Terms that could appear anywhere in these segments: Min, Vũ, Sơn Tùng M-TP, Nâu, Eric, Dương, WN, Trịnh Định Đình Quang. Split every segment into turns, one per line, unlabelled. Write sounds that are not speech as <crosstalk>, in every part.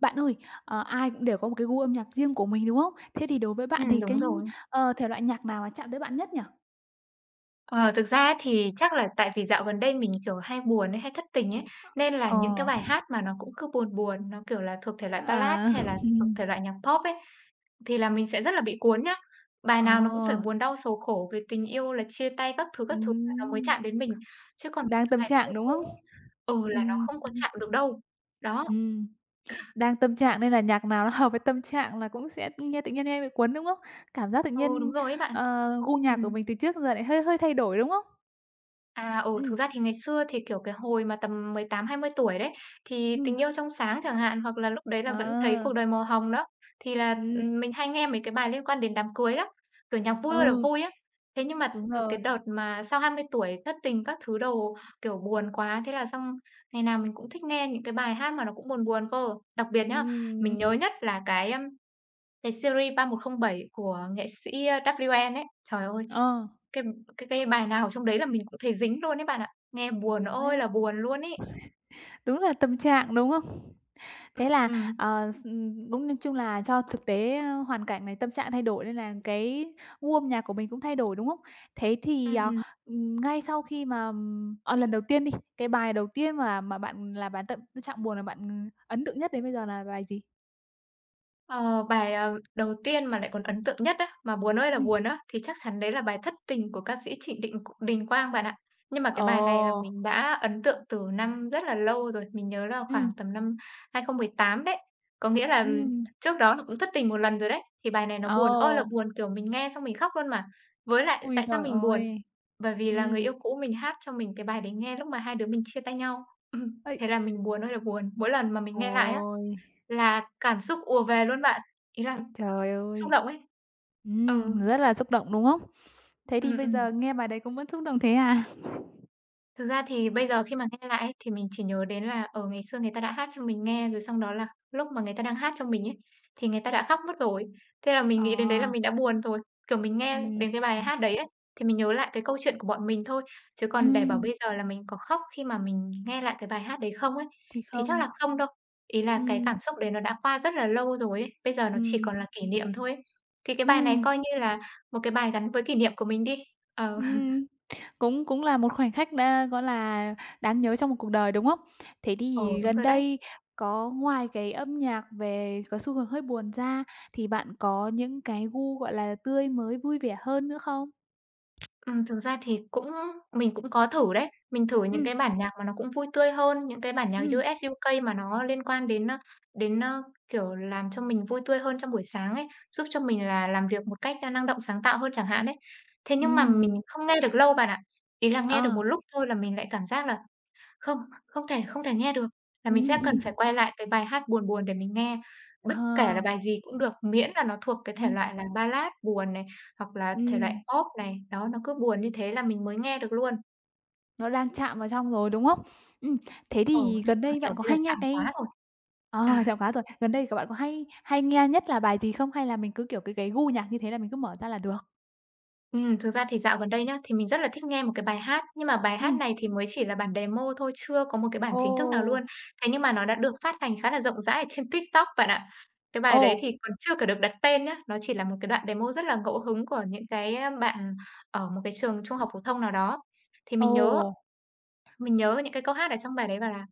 Bạn ơi, ai cũng đều có một cái gu âm nhạc riêng của mình, đúng không? Thế thì đối với bạn thì
Đúng rồi.
thể loại nhạc nào mà chạm tới bạn nhất nhỉ?
Ờ, thực ra thì chắc là tại vì dạo gần đây mình, kiểu, hay buồn ấy, hay thất tình ấy, nên là những cái
Ờ,
bài hát mà nó cũng cứ buồn buồn, nó, kiểu là, thuộc thể loại Ballad
à,
hay là
<laughs>
thuộc
ừm,
thể loại nhạc Pop ấy, thì là mình sẽ rất là bị cuốn nhá. Bài
ờ,
nào nó cũng phải buồn đau sầu khổ về tình yêu là chia tay các thứ là nó mới
ừm,
chạm đến mình, chứ còn
đang
cái
tâm
bài vui
trạng, đúng
vui
không?
ấy, ừ, là nó
Ừm,
không có chạm được đâu. Đó,
ừm, đang tâm trạng nên là nhạc nào nó <laughs> hợp với tâm trạng là cũng sẽ nghe tự nhiên nghe bị cuốn, đúng không? Cảm giác tự
ừ, đúng
nhiên,
rồi ấy bạn.
gu nhạc của
Ừm.
mình từ trước giờ lại hơi hơi thay đổi, đúng không?
Thực
Ừm,
ra thì ngày xưa thì, kiểu, cái hồi mà tầm 18 20 tuổi đấy, thì
ừm,
"Tình yêu trong sáng" chẳng hạn, hoặc là lúc đấy là
ờ,
vẫn thấy "Cuộc đời màu hồng" đó, thì là,
ừm,
mình hay nghe mấy cái bài liên quan đến đám cưới lắm, kiểu, nhạc vui ơi là
ừ,
vui á. Thế nhưng mà
đúng
từ cái
rồi,
đợt mà sau 20 tuổi thất tình các thứ đồ, kiểu, buồn quá, thế là xong ngày nào mình cũng thích nghe những cái bài hát mà nó cũng buồn buồn cơ. Đặc biệt nhá, mình
ừm.
nhớ nhất là cái, cái series 3107 của nghệ sĩ, WN ấy. Trời ơi,
ờ,
cái cái bài nào trong đấy là mình cũng thấy dính luôn ấy bạn ạ, nghe buồn
Quá
ơi là buồn luôn ấy.
đúng là tâm trạng, đúng không?
Ừm,
Thế là,
ừm,
ờ, s cũng nói chung là cho thực tế, hoàn cảnh này, tâm trạng thay đổi nên là cái gu âm nhạc của mình cũng thay đổi, đúng không? Thế
ừm,
thì,
ừm.
ngay sau khi mà, lần đầu tiên đi, cái bài đầu tiên mà bạn là bạn tâm trạng buồn là bạn, ấn tượng nhất đến bây giờ là bài gì?
Ờ, bài, đầu tiên mà lại còn ấn tượng nhất á, mà buồn ơi là
Ừm.
buồn á, thì chắc chắn đấy là bài "Thất Tình" của ca sĩ Trịnh Định Đình Quang bạn ạ. Nhưng mà cái bài này là
Ồ!
mình đã ấn tượng từ năm rất là lâu rồi, mình nhớ là khoảng
Ừm,
tầm năm 2018 đấy. Có nghĩa là
ừm.
trước đó là cũng thất tình một lần rồi đấy, thì bài này nó buồn ơi là
Ồ!
buồn, kiểu, mình nghe xong mình khóc luôn mà. Với lại
Ôi
tại sao
trời
mình buồn?
ơi!
Bởi vì là người
Ừm.
yêu cũ mình hát cho mình cái bài đấy nghe lúc mà hai đứa mình chia tay nhau. <clears throat> Ừm,
Ấy.
thế là mình buồn ơi là buồn, mỗi
Ơ.
lần mà mình nghe lại á
Ôi!
là cảm xúc ùa về luôn bạn, ý là
Trời
xúc
ơi!
động ấy. Ừ,
Rất là xúc động, đúng không? Thế
ừ.
thì bây
ừm.
giờ nghe bài đấy cũng vẫn xúc động thế à?
Thực ra thì bây giờ khi mà nghe lại ấy, thì mình chỉ nhớ đến là, ở ngày xưa người ta đã hát cho mình nghe, rồi xong đó là lúc mà người ta đang hát cho mình ấy, thì người ta đã khóc mất rồi. Thế là mình
Ờ,
nghĩ đến đấy là mình đã buồn rồi. Kiểu, mình nghe
ừm,
đến cái bài
ừm,
hát đấy ấy, thì mình nhớ lại cái câu chuyện của bọn mình thôi, chứ còn để bảo
ừm,
bây giờ là mình có khóc khi mà mình nghe lại cái bài hát đấy không ấy,
thì
thì chắc
không.
là không đâu. Ý là cái
Ừm,
cảm xúc đấy nó đã qua rất là lâu rồi ấy, bây giờ nó chỉ
ừm,
còn là kỷ niệm thôi ấy. Thì cái bài này
ừm,
coi như là một cái bài gắn với kỷ niệm của mình đi. Ờ, <laughs>
ừm, cũng cũng là một khoảnh khắc đã, gọi là, đáng nhớ trong một cuộc đời, đúng không? Thế
ờ,
thì
đúng
gần
rồi đấy.
đây có ngoài cái âm nhạc về có xu hướng hơi buồn ra thì bạn có những cái gu, gọi là, tươi mới, vui vẻ hơn nữa không?
Thực ra thì mình cũng có thử đấy. Mình thử những
Ừm,
cái bản nhạc mà nó cũng vui tươi hơn, những cái bản nhạc
ừm,
US, UK mà nó liên quan đến, đến, ơ, kiểu, làm cho mình vui tươi hơn trong buổi sáng ấy, giúp cho mình là làm việc một cách, năng động sáng tạo hơn chẳng hạn ấy. Thế nhưng mà mình
ừm,
không nghe được lâu bạn ạ. Ý là nghe được
ờ,
một lúc thôi là mình lại cảm giác là không, không thể nghe được, là mình sẽ cần
ừm,
phải
<laughs>
quay lại cái bài hát buồn buồn để mình nghe, bất kể là
ờ,
bài gì cũng được, miễn là nó thuộc cái thể
ừm,
loại là ballad buồn này, hoặc là thể loại
ừm.
pop này, đó, nó cứ buồn như thế là mình mới nghe được luôn.
Nó đang chạm vào trong rồi, đúng không? Ừm, thế
Ừ, nói
thì gần
chung là,
đây bạn
kiểu,
có
bây giờ
hay nghe
chạm quá
cái
rồi. Ừ.
chạm khóa rồi. Gần đây các bạn có hay hay nghe nhất là bài gì không? Hay là mình cứ, kiểu, cái gu nhạc như thế là mình cứ mở ra là được?
Thực ra thì dạo gần đây nhá, thì mình rất là thích nghe một cái bài hát, nhưng mà bài hát
Ừm.
này thì mới chỉ là bản demo thôi, chưa có một cái bản
Ồ,
chính thức nào luôn. Thế nhưng mà nó đã được phát hành khá là rộng rãi ở trên TikTok bạn ạ. Cái bài
ồ,
đấy thì còn chưa cả được đặt tên nhá, nó chỉ là một cái đoạn demo rất là ngẫu hứng của những cái, bạn ở một cái trường trung học phổ thông nào đó. Thì
ồ,
mình nhớ những cái câu hát ở trong bài đấy bảo là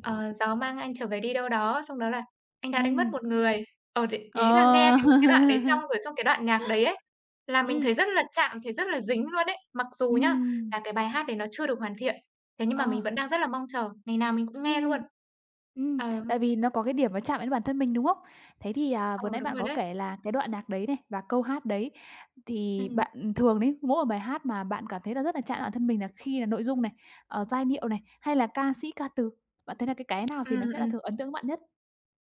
"Ờ, gió mang anh trở về đi đâu đó", xong đó là "Anh đã đánh mất
ừm,
một người." Ờ, thì ý là nghe
ờ.
cái đoạn đấy xong
<laughs>
rồi xong cái đoạn nhạc đấy ấy, là mình
Ừm,
thấy rất là chạm, thấy rất là dính luôn ấy. Mặc dù nhá,
ừm,
là cái bài hát đấy nó chưa được hoàn thiện, thế nhưng mà
ờ.
mình vẫn đang rất là mong chờ, ngày nào mình cũng nghe luôn.
Ừm. Ừm,
Ờ,
tại vì nó có cái điểm nó chạm đến bản thân mình, đúng không? Thế thì,
ờ,
vừa nãy
đúng
bạn
rồi
có
đấy.
kể là cái đoạn nhạc đấy này và câu hát đấy thì
Ừm,
bạn thường đấy, mỗi một bài hát mà bạn cảm thấy là rất là chạm bản thân mình là khi là nội dung này, giai điệu này, hay là ca sĩ, ca từ? Bạn thấy là cái nào thì
ừm,
nó sẽ là
ừm.
thường ấn tượng với bạn nhất?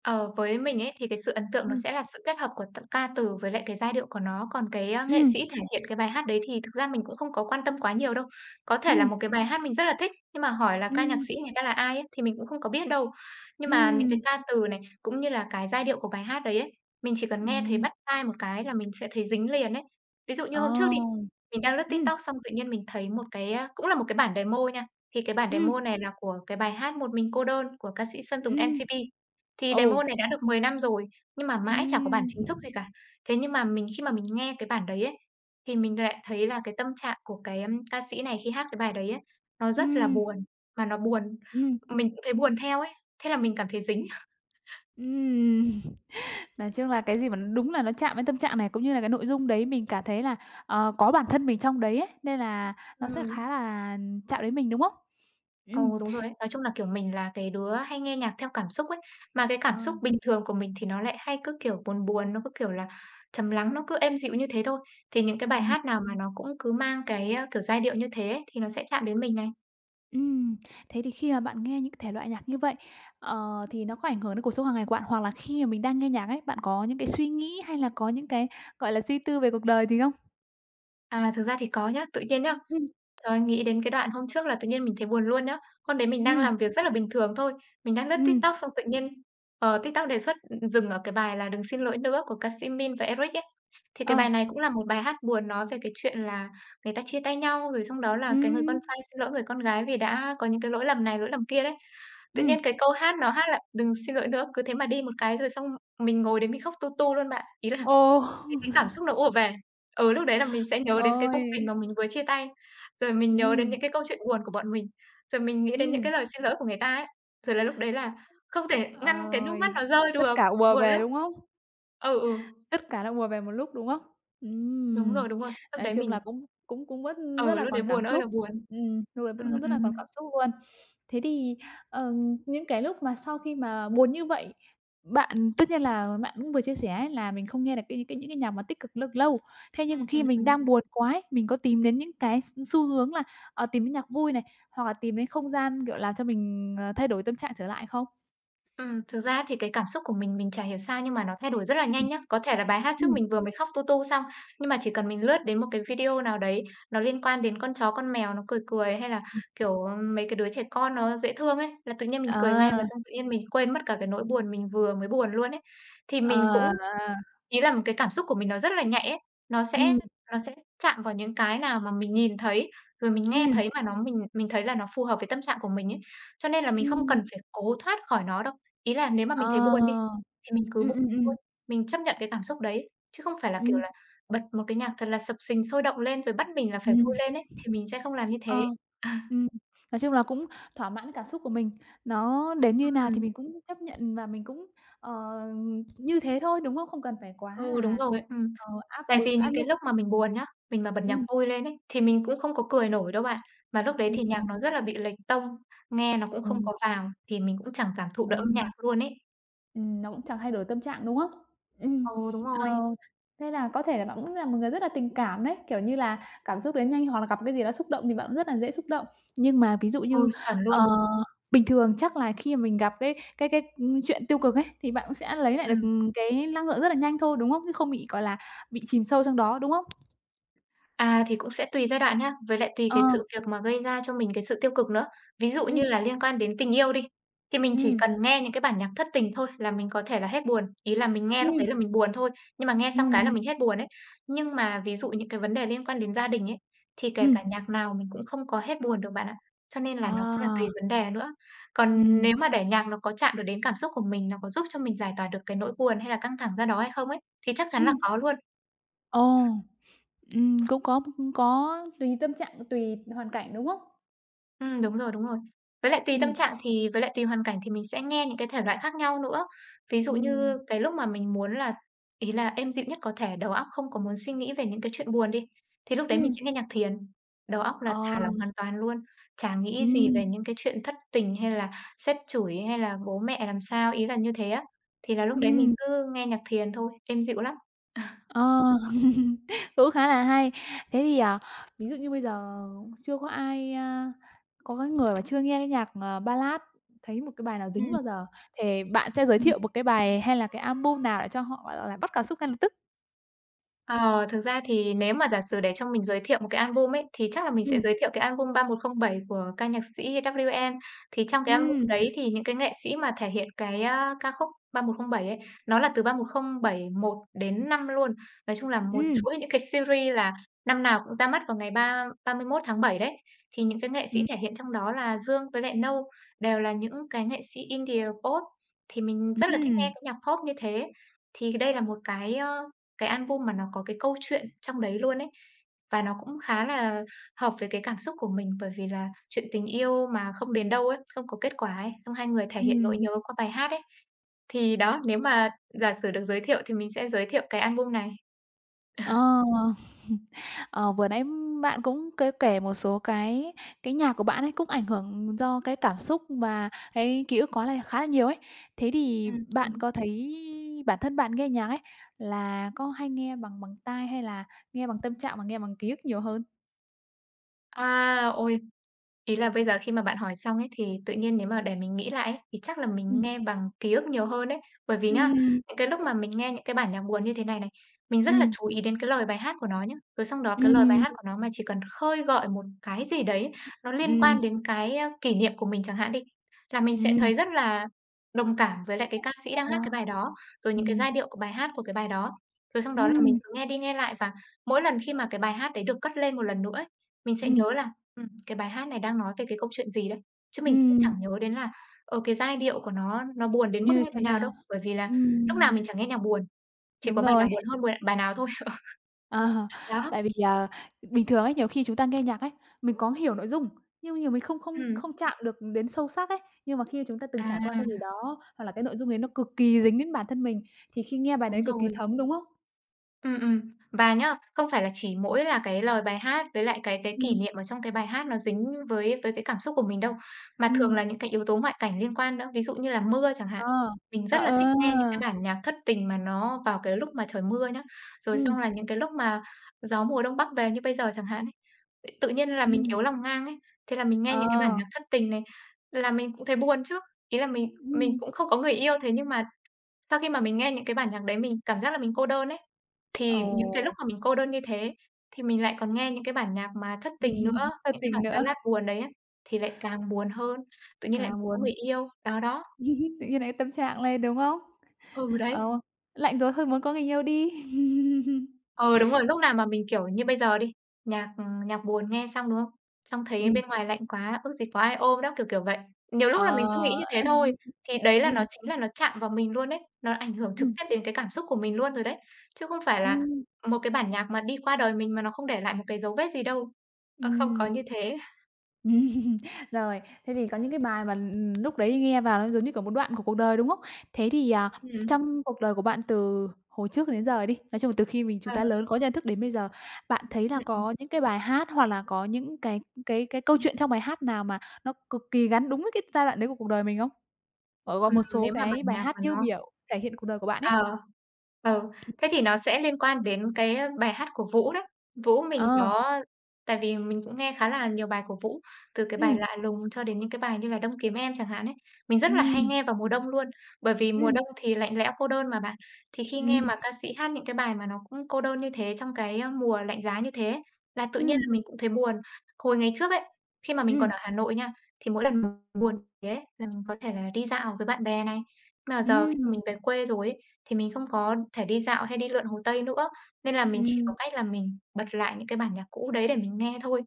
Ờ, với mình ấy thì cái sự ấn tượng nó
Ừm,
sẽ là sự kết hợp của ca từ với lại cái giai điệu của nó, còn cái, nghệ
ừm,
sĩ thể hiện cái bài hát đấy thì thực ra mình cũng không có quan tâm quá nhiều đâu. Có thể là
ừm,
một cái bài hát mình rất là thích, nhưng mà hỏi là ca nhạc
ừm,
sĩ người ta là ai ấy thì mình cũng không có biết đâu. Nhưng mà những cái
ừm,
ca từ này, cũng như là cái giai điệu của bài hát đấy ấy, mình chỉ cần nghe thấy
ừm,
bắt tai một cái là mình sẽ thấy dính liền ấy. Ví dụ như hôm trước
ờ,
đi, mình đang lướt
ừm,
TikTok xong tự nhiên mình thấy một cái, cũng là một cái bản demo nha, thì cái bản
ừm,
demo này là của cái bài hát "Một mình cô đơn" của ca sĩ Sơn Tùng
ừm,
M-TP. Thì demo
ồ,
này đã được 10 năm rồi, nhưng mà mãi chả có bản chính
ừm,
thức gì cả. Thế nhưng mà mình khi mà mình nghe cái bản đấy ấy, thì mình lại thấy là cái tâm trạng của cái, ca sĩ này khi hát cái bài đấy ấy, nó rất là
ừm,
buồn, mà nó buồn
ừm,
mình cũng thấy buồn theo ấy, thế là mình cảm thấy dính.
ừm. Nói chung là cái gì mà đúng là nó chạm đến tâm trạng này, cũng như là cái nội dung đấy mình cảm thấy là, có bản thân mình trong đấy ấy, nên là nó sẽ
Ừm.
khá là chạm đến mình, đúng không?
Ừ,
Ừm,
đúng rồi ấy. Nói chung là, kiểu, mình là cái đứa hay nghe nhạc theo cảm xúc ấy, mà cái
ờ,
cảm xúc bình thường của mình thì nó lại hay cứ, kiểu, buồn buồn, nó cứ, kiểu là, trầm lắng, nó cứ êm dịu như thế thôi. Thì những cái bài
ừm,
hát nào mà nó cũng cứ mang cái, kiểu, giai điệu như thế ấy, thì nó sẽ chạm đến mình này.
ừm. Thế thì khi mà bạn nghe những thể loại nhạc như vậy, ờ, thì nó có ảnh hưởng đến cuộc sống hàng ngày của bạn? Hoặc là khi mà mình đang nghe nhạc ấy, bạn có những cái suy nghĩ hay là có những cái, gọi là, suy tư về cuộc đời gì không?
À, thực ra thì có nhá. Tự nhiên nhá,
Ừm,
trời ơi, nghĩ đến cái đoạn hôm trước là tự nhiên mình thấy buồn luôn nhá. Hôm đấy mình đang
ừm,
làm việc rất là bình thường thôi, mình đang lướt
ừm,
TikTok xong tự nhiên, TikTok đề xuất, ừ, dừng ở cái bài là "Đừng xin lỗi nữa" của ca sĩ Min và Eric ấy. Thì cái
ờ,
bài này cũng là một bài hát buồn nói về cái chuyện là người ta chia tay nhau, rồi xong đó là cái người con
ừm,
trai xin lỗi người con gái vì đã có những cái lỗi lầm này, lỗi lầm kia đấy. Tự
ừm.
nhiên cái câu hát nó hát là "Đừng xin lỗi nữa", cứ thế mà đi một cái rồi xong mình ngồi đấy mình khóc tu tu luôn bạn. Ý là
Ồ! <laughs>
cái cảm xúc nó ùa về. Ừ, lúc đấy là mình sẽ nhớ đến cái cuộc
Ôi!
tình mà mình vừa chia tay, rồi mình nhớ đến những
Ừm,
cái câu chuyện buồn của bọn mình, rồi mình nghĩ đến những cái
ừm.
lời xin lỗi của người ta ấy. Rồi là lúc đấy là không thể ngăn cái nước
Ơi,
mắt nó rơi
tất
được,
cả ùa
buồn
về,
lắm.
đúng hông?
Ừ, ừ,
Tất cả đã ùa về một lúc, đúng hông?
đúng
Ừm,
rồi, đúng rồi. Lúc
nói
đấy
chung
mình
là cũng cũng cũng vẫn rất
ừ,
là
lúc đấy
còn
buồn
cảm
ơi là
xúc.
buồn.
Lúc đấy
Ừm,
vẫn rất là còn
ừm,
cảm xúc luôn. Thế thì, ờ, những cái lúc mà sau khi mà buồn như vậy, bạn tất nhiên là bạn cũng vừa chia sẻ ấy là mình không nghe được cái những cái nhạc mà tích cực lâu lâu. Thế nhưng mà
ừm,
khi
ừm,
mình
ừm.
đang buồn quá ấy, mình có tìm đến những cái xu hướng là, tìm đến nhạc vui này, hoặc là tìm đến không gian, kiểu, làm cho mình, thay đổi tâm trạng trở lại không?
Thực ra thì cái cảm xúc của mình chả hiểu sao nhưng mà nó thay đổi rất là nhanh
Ừm.
nhá. Có thể là bài hát trước
Ừm,
mình vừa mới khóc tu tu xong, nhưng mà chỉ cần mình lướt đến một cái video nào đấy, nó liên quan đến con chó, con mèo nó cười cười, hay là, kiểu, mấy cái đứa trẻ con nó dễ thương ấy, là tự nhiên mình cười ngay và
à,
xong tự nhiên mình quên mất cả cái nỗi buồn mình vừa mới buồn luôn ấy. Thì mình cũng
à, à,
ý là một cái cảm xúc của mình nó rất là nhạy ấy, nó sẽ
ừm,
nó sẽ chạm vào những cái nào mà mình nhìn thấy, rồi mình nghe
ừm,
thấy mà nó mình thấy là nó phù hợp với tâm trạng của mình ấy. Cho nên là mình không
ừm,
cần phải cố thoát khỏi nó đâu. Ý là nếu mà mình thấy buồn đi,
ờ,
thì mình cứ
ừm,
buồn
ừm,
thôi,
ừm,
mình chấp nhận cái cảm xúc đấy, chứ không phải là, kiểu
ừm,
là, bật một cái nhạc thật là sập sình sôi động lên rồi bắt mình là phải
ừm,
vui lên ấy, thì mình sẽ không làm như
ờ,
thế. <laughs> À,
ừm. Nói chung là cũng thỏa mãn cảm xúc của mình, nó đến như nào thì
ừm,
mình cũng chấp nhận và mình cũng, ờ, như thế thôi, đúng không? Không cần phải quá
Ừ, đúng
là,
rồi, Tại vì
áp
những cái
lực.
lúc mà mình buồn nhá, mình mà bật nhạc
Ừm,
vui lên ấy, thì mình cũng không có cười nổi đâu bạn. Mà lúc đấy thì nhạc
ừm,
nó rất là bị lệch tông, nghe nó cũng không
ừm,
có vào, thì mình cũng chẳng cảm thụ được âm nhạc
ừm.
luôn ấy.
Nó cũng chẳng thay đổi tâm trạng, đúng không? Ừm,
Ừ, đúng
ờ,
rồi.
thế là có thể là bạn cũng là một người rất là tình cảm đấy, kiểu như là, cảm xúc đến nhanh hoặc là gặp cái gì đó xúc động thì bạn cũng rất là dễ xúc động. Nhưng mà ví dụ
Ừ,
như,
chuẩn luôn.
ờ, bình thường chắc là khi mà mình gặp cái chuyện tiêu cực ấy, thì bạn cũng sẽ lấy lại được,
Ừm.
cái năng lượng rất là nhanh thôi, đúng không? Chứ không bị, gọi là, bị chìm sâu trong đó, đúng không?
À, thì cũng sẽ tùy giai đoạn nhá, với lại tùy
Ờ,
cái sự việc mà gây ra cho mình cái sự tiêu cực nữa. Ví dụ như
ừm,
là liên quan đến tình yêu đi, thì mình chỉ
ừm,
cần nghe những cái bản nhạc thất tình thôi là mình có thể là hết buồn, ý là mình nghe lúc
ừm,
đấy là mình buồn thôi, nhưng mà nghe xong cái là
ừm,
mình hết buồn ấy. Nhưng mà ví dụ những cái vấn đề liên quan đến gia đình ấy, thì kể
ừm,
cả nhạc nào mình cũng không có hết buồn được bạn ạ. Cho nên là nó cũng là tùy
à,
vấn đề nữa. Còn
ừm,
nếu mà để nhạc nó có chạm được đến cảm xúc của mình, nó có giúp cho mình giải tỏa được cái nỗi buồn hay là căng thẳng ra đó hay không ấy, thì chắc chắn là
ừm,
có luôn.
ồ. Cũng có, cũng có, tùy tâm trạng, tùy hoàn cảnh, đúng không?
Đúng rồi, đúng rồi. Với lại tùy tâm
Ừm,
trạng thì với lại tùy hoàn cảnh thì mình sẽ nghe những cái thể loại khác nhau nữa. Ví dụ
ừm,
như cái lúc mà mình muốn là ý là êm dịu nhất có thể, đầu óc không có muốn suy nghĩ về những cái chuyện buồn đi, thì lúc đấy mình
ừm.
sẽ nghe nhạc thiền, đầu óc là
Ờ,
thả lỏng hoàn toàn luôn, chả nghĩ gì
ừm,
về những cái chuyện thất tình hay là sếp chửi hay là bố mẹ làm sao, ý là như thế á. Thì là lúc đấy mình
ừm,
cứ nghe nhạc thiền thôi, êm dịu lắm. <laughs>
ờ. <laughs> Cũng khá là hay. Thế thì, ví dụ như bây giờ chưa có ai, có cái người mà chưa nghe cái nhạc, Ballad, thấy một cái bài nào
À.
dính bao giờ, thì bạn sẽ giới thiệu một cái bài hay là cái album nào để cho họ, gọi là, bắt cảm xúc ngay lập tức?
Ờ, thực ra thì nếu mà giả sử để cho mình giới thiệu một cái album ấy, thì chắc là mình sẽ
Ừm,
giới thiệu cái album 3107 của ca nhạc sĩ WN. Thì trong cái album
ừm,
đấy thì những cái nghệ sĩ mà thể hiện cái, ca khúc 3107 ấy, nó là từ 31071 đến 5 luôn. Nói chung là một
ừm,
chuỗi những cái series là năm nào cũng ra mắt vào ngày ba ba mươi mốt tháng Bảy đấy. Thì những cái nghệ sĩ
ừm,
thể hiện trong đó là Dương với lại Nâu đều là những cái nghệ sĩ Indie Pop, thì mình rất là thích nghe
ừm,
cái nhạc Pop như thế. Thì đây là một cái, cái album mà nó có cái câu chuyện trong đấy luôn ấy. Và nó cũng khá là hợp với cái cảm xúc của mình, bởi vì là chuyện tình yêu mà không đến đâu ấy, không có kết quả ấy, xong hai người thể hiện nỗi
ừm.
nhớ qua bài hát ấy. Thì đó, nếu mà giả sử được giới thiệu thì mình sẽ giới thiệu cái album này.
Ờ. <laughs> Ờ, vừa nãy bạn cũng có kể một số cái nhạc của bạn ấy cũng ảnh hưởng do cái cảm xúc và cái ký ức có là khá là nhiều ấy. Thế thì
Ừm,
bạn
ừm.
có thấy bản thân bạn nghe nhạc ấy là có hay nghe bằng bằng tai hay là nghe bằng tâm trạng và nghe bằng ký ức nhiều hơn?
À, ôi! Ý là bây giờ khi mà bạn hỏi xong ấy, thì tự nhiên nếu mà để mình nghĩ lại ấy, thì chắc là mình
Ừm.
nghe bằng ký ức nhiều hơn đấy. Bởi vì nhá,
Ừm,
những cái lúc mà mình nghe những cái bản nhạc buồn như thế này này, mình rất là
ừm,
chú ý đến cái lời bài hát của nó nhá. Rồi xong đó cái
ừm,
lời bài
ừm,
hát của nó mà chỉ cần khơi gợi một cái gì đấy nó liên quan đến cái, kỷ niệm của mình chẳng hạn đi, là mình sẽ
ừm.
thấy rất là đồng cảm với lại cái ca sĩ đang
Ờ,
hát cái bài đó, rồi những cái
ừm,
giai điệu của bài hát của cái bài đó. Rồi xong đó là mình
ừm,
cứ nghe đi nghe lại và mỗi lần khi mà cái bài hát đấy được cất lên một lần nữa ấy, mình sẽ nhớ
ừm,
là cái bài hát này đang nói về cái câu chuyện gì đấy? Chứ mình cũng chẳng
ừm,
nhớ đến là, cái giai điệu của nó buồn đến mức
như
như thế
thế
nào
nào?
đâu, bởi vì là lúc nào
Ừm,
mình chẳng nghe nhạc buồn, chỉ
đúng
có bài nào
rồi.
buồn hơn buồn bài nào thôi. <laughs>
Ờ,
Đó,
tại vì, bình thường ấy, nhiều khi chúng ta nghe nhạc ấy, mình có hiểu nội dung, nhưng mà nhiều mình không không
ừm,
không chạm được đến sâu sắc ấy. Nhưng mà khi chúng ta từng trải qua
à,
cái gì đó, hoặc là cái nội dung đấy nó cực kỳ dính đến bản thân mình, thì khi nghe bài
đúng
đấy cực kỳ
rồi.
thấm, đúng không?
Ừm, ừm. Và nhá, không phải là chỉ mỗi là cái lời bài hát với lại cái kỷ
Ừm,
niệm ở trong cái bài hát nó dính với cái cảm xúc của mình đâu, mà thường
ừm,
là những cái yếu tố ngoại cảnh liên quan nữa. Ví dụ như là mưa chẳng hạn,
ờ,
mình
à,
rất là
ờ,
thích nghe những cái bản nhạc thất tình mà nó vào cái lúc mà trời mưa nhá. Rồi
ừm,
xong là những cái lúc mà gió mùa đông bắc về như bây giờ chẳng hạn ấy, tự tự nhiên là mình
ừm,
yếu lòng ngang ấy, thế là mình
ờ,
nghe những cái bản nhạc thất tình này là mình cũng thấy buồn chứ. Ý là mình
ừm,
mình cũng không có người yêu, thế nhưng mà sau khi mà mình nghe những cái bản nhạc đấy mình cảm giác là mình cô đơn ấy, thì những cái lúc
ồ.
mà mình cô đơn như thế thì mình lại còn nghe những cái bản nhạc mà thất tình nữa,
<laughs> Thật
những cái bản
tình nữa,
ballad buồn đấy á, thì lại càng buồn hơn, tự nhiên lại
càng
muốn có
buồn,
người yêu, đó, đó.
<laughs> tự nhiên lại tâm trạng lên, đúng không?
Ừ, đấy.
Ờ, lạnh rồi thôi muốn có người yêu đi. <laughs>
Ờ đúng rồi, lúc nào mà mình, kiểu như, bây giờ đi, nhạc, nhạc buồn nghe xong, đúng không? Xong thấy
Ừm.
bên ngoài lạnh quá, ước gì có ai ôm đó, kiểu kiểu vậy. Nhiều lúc là mình cứ nghĩ
Ờ.
như thế thôi,
<laughs>
thì đấy là nó
Ừm,
chính là nó chạm vào mình luôn đấy, nó ảnh hưởng trực
ừm,
tiếp đến cái cảm xúc của mình luôn rồi đấy, chứ không phải là
ừm.
một cái bản nhạc mà đi qua đời mình mà nó không để lại một cái dấu vết gì đâu. Ờ, không có như thế.
<laughs> Ừm. Rồi, thế thì có những cái bài mà, lúc đấy nghe vào nó giống như, kiểu, một đoạn của cuộc đời, đúng không? Thế thì,
Ừm,
trong cuộc đời của bạn từ hồi trước đến giờ đi, nói chung là từ khi mình
ờ,
chúng ta lớn có nhận thức đến bây giờ, bạn thấy là
ừm,
có những cái bài hát hoặc là có những cái câu chuyện trong bài hát nào mà nó cực kỳ gắn đúng với cái giai đoạn đấy của cuộc đời mình không? Ờ, có một số
nếu mà bản
cái bài
nhạc
hát
mà
tiêu
nó
biểu thể hiện cuộc đời của bạn ấy.
Ờ, ừ, Thế thì nó sẽ liên quan đến cái, bài hát của Vũ đấy. Vũ mình
Ờ,
có Tại vì mình cũng nghe khá là nhiều bài của Vũ, từ cái bài
ừm,
Lạ Lùng cho đến những cái bài như là Đông Kiếm Em chẳng hạn ấy. Mình rất là hay
ừm,
nghe vào mùa đông luôn, bởi vì mùa
ừm,
đông thì lạnh lẽo cô đơn mà bạn, thì khi nghe
ừm,
mà ca sĩ hát những cái bài mà nó cũng cô đơn như thế trong cái, mùa lạnh giá như thế là tự nhiên
ừm,
là mình cũng thấy buồn. Hồi ngày trước ấy, khi mà mình còn
ừm.
ở Hà Nội nha, thì mỗi lần buồn thế ấy là mình có thể là đi dạo với bạn bè này, mà giờ khi mà mình
Ừm,
về quê rồi ấy thì mình không có thể đi dạo hay đi lượn Hồ Tây nữa, nên là mình chỉ có
ừm,
cách là mình bật lại những cái bản nhạc cũ đấy để mình nghe thôi,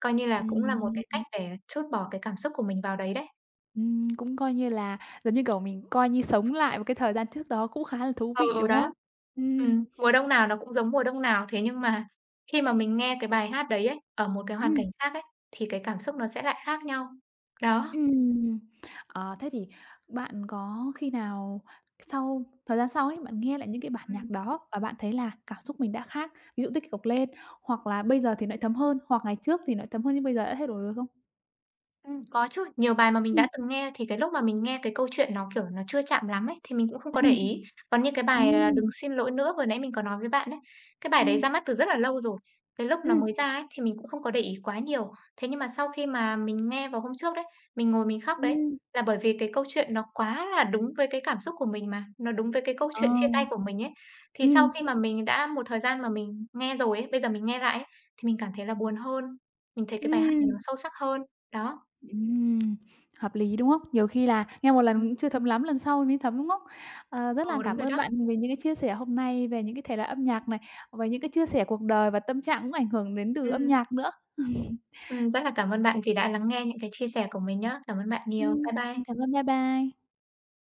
coi như là cũng là một cái cách
ừm,
để trút bỏ cái cảm xúc của mình vào đấy đấy.
cũng coi như là giống như, kiểu, mình coi như sống lại một cái thời gian trước đó cũng khá là thú
Ừ,
vị,
ừ,
đúng
đó.
không? Ừm,
Mùa đông nào nó cũng giống mùa đông nào, thế nhưng mà khi mà mình nghe cái bài hát đấy ấy, ở một cái hoàn
ừm,
cảnh khác ấy, thì cái cảm xúc nó sẽ lại khác nhau. Đó.
ừm. Thế thì bạn có khi nào sau thời gian sau ấy, bạn nghe lại những cái bản
Ừm.
nhạc đó và bạn thấy là cảm xúc mình đã khác, ví dụ tích cực lên, hoặc là bây giờ thì nó lại thấm hơn, hoặc ngày trước thì nó lại thấm hơn nhưng bây giờ đã thay đổi rồi không?
Có chứ, nhiều bài mà mình đã
Ừm,
từng nghe thì cái lúc mà mình nghe cái câu chuyện nó, kiểu, nó chưa chạm lắm ấy, thì mình cũng không có để
ừm,
ý. Còn như cái bài là
ừm,
"Đừng xin lỗi nữa" vừa nãy mình có nói với bạn ấy, cái bài đấy
ừm,
ra mắt từ rất là lâu rồi, cái lúc nó
ừm,
mới ra ấy thì mình cũng không có để ý quá nhiều. Thế nhưng mà sau khi mà mình nghe vào hôm trước đấy, mình ngồi mình khóc đấy,
ừm,
là bởi vì cái câu chuyện nó quá là đúng với cái cảm xúc của mình mà, nó đúng với cái câu
ờ,
chuyện chia tay của mình ấy. Thì sau
ừm,
khi mà mình đã một thời gian mà mình nghe rồi ấy, bây giờ mình nghe lại ấy, thì mình cảm thấy là buồn hơn, mình thấy cái bài hát này nó
ừm.
sâu sắc hơn, đó.
Ừm, hợp lý, đúng không? Nhiều khi là nghe một lần
Ừm,
cũng chưa thấm lắm, lần sau mới thấm, đúng không? Ờ, rất là
ừ, đúng
cảm
rồi
ơn
đó.
bạn về những cái chia sẻ hôm nay về những cái thể loại âm nhạc này, về những cái chia sẻ cuộc đời và tâm trạng cũng ảnh hưởng đến từ âm
Ừm,
nhạc nữa. <laughs>
rất là cảm ơn bạn vì đã lắng nghe những cái chia sẻ của mình nhá. Cảm ơn bạn nhiều.
Ừm,
Bye bye.
cảm ơn, bye bye.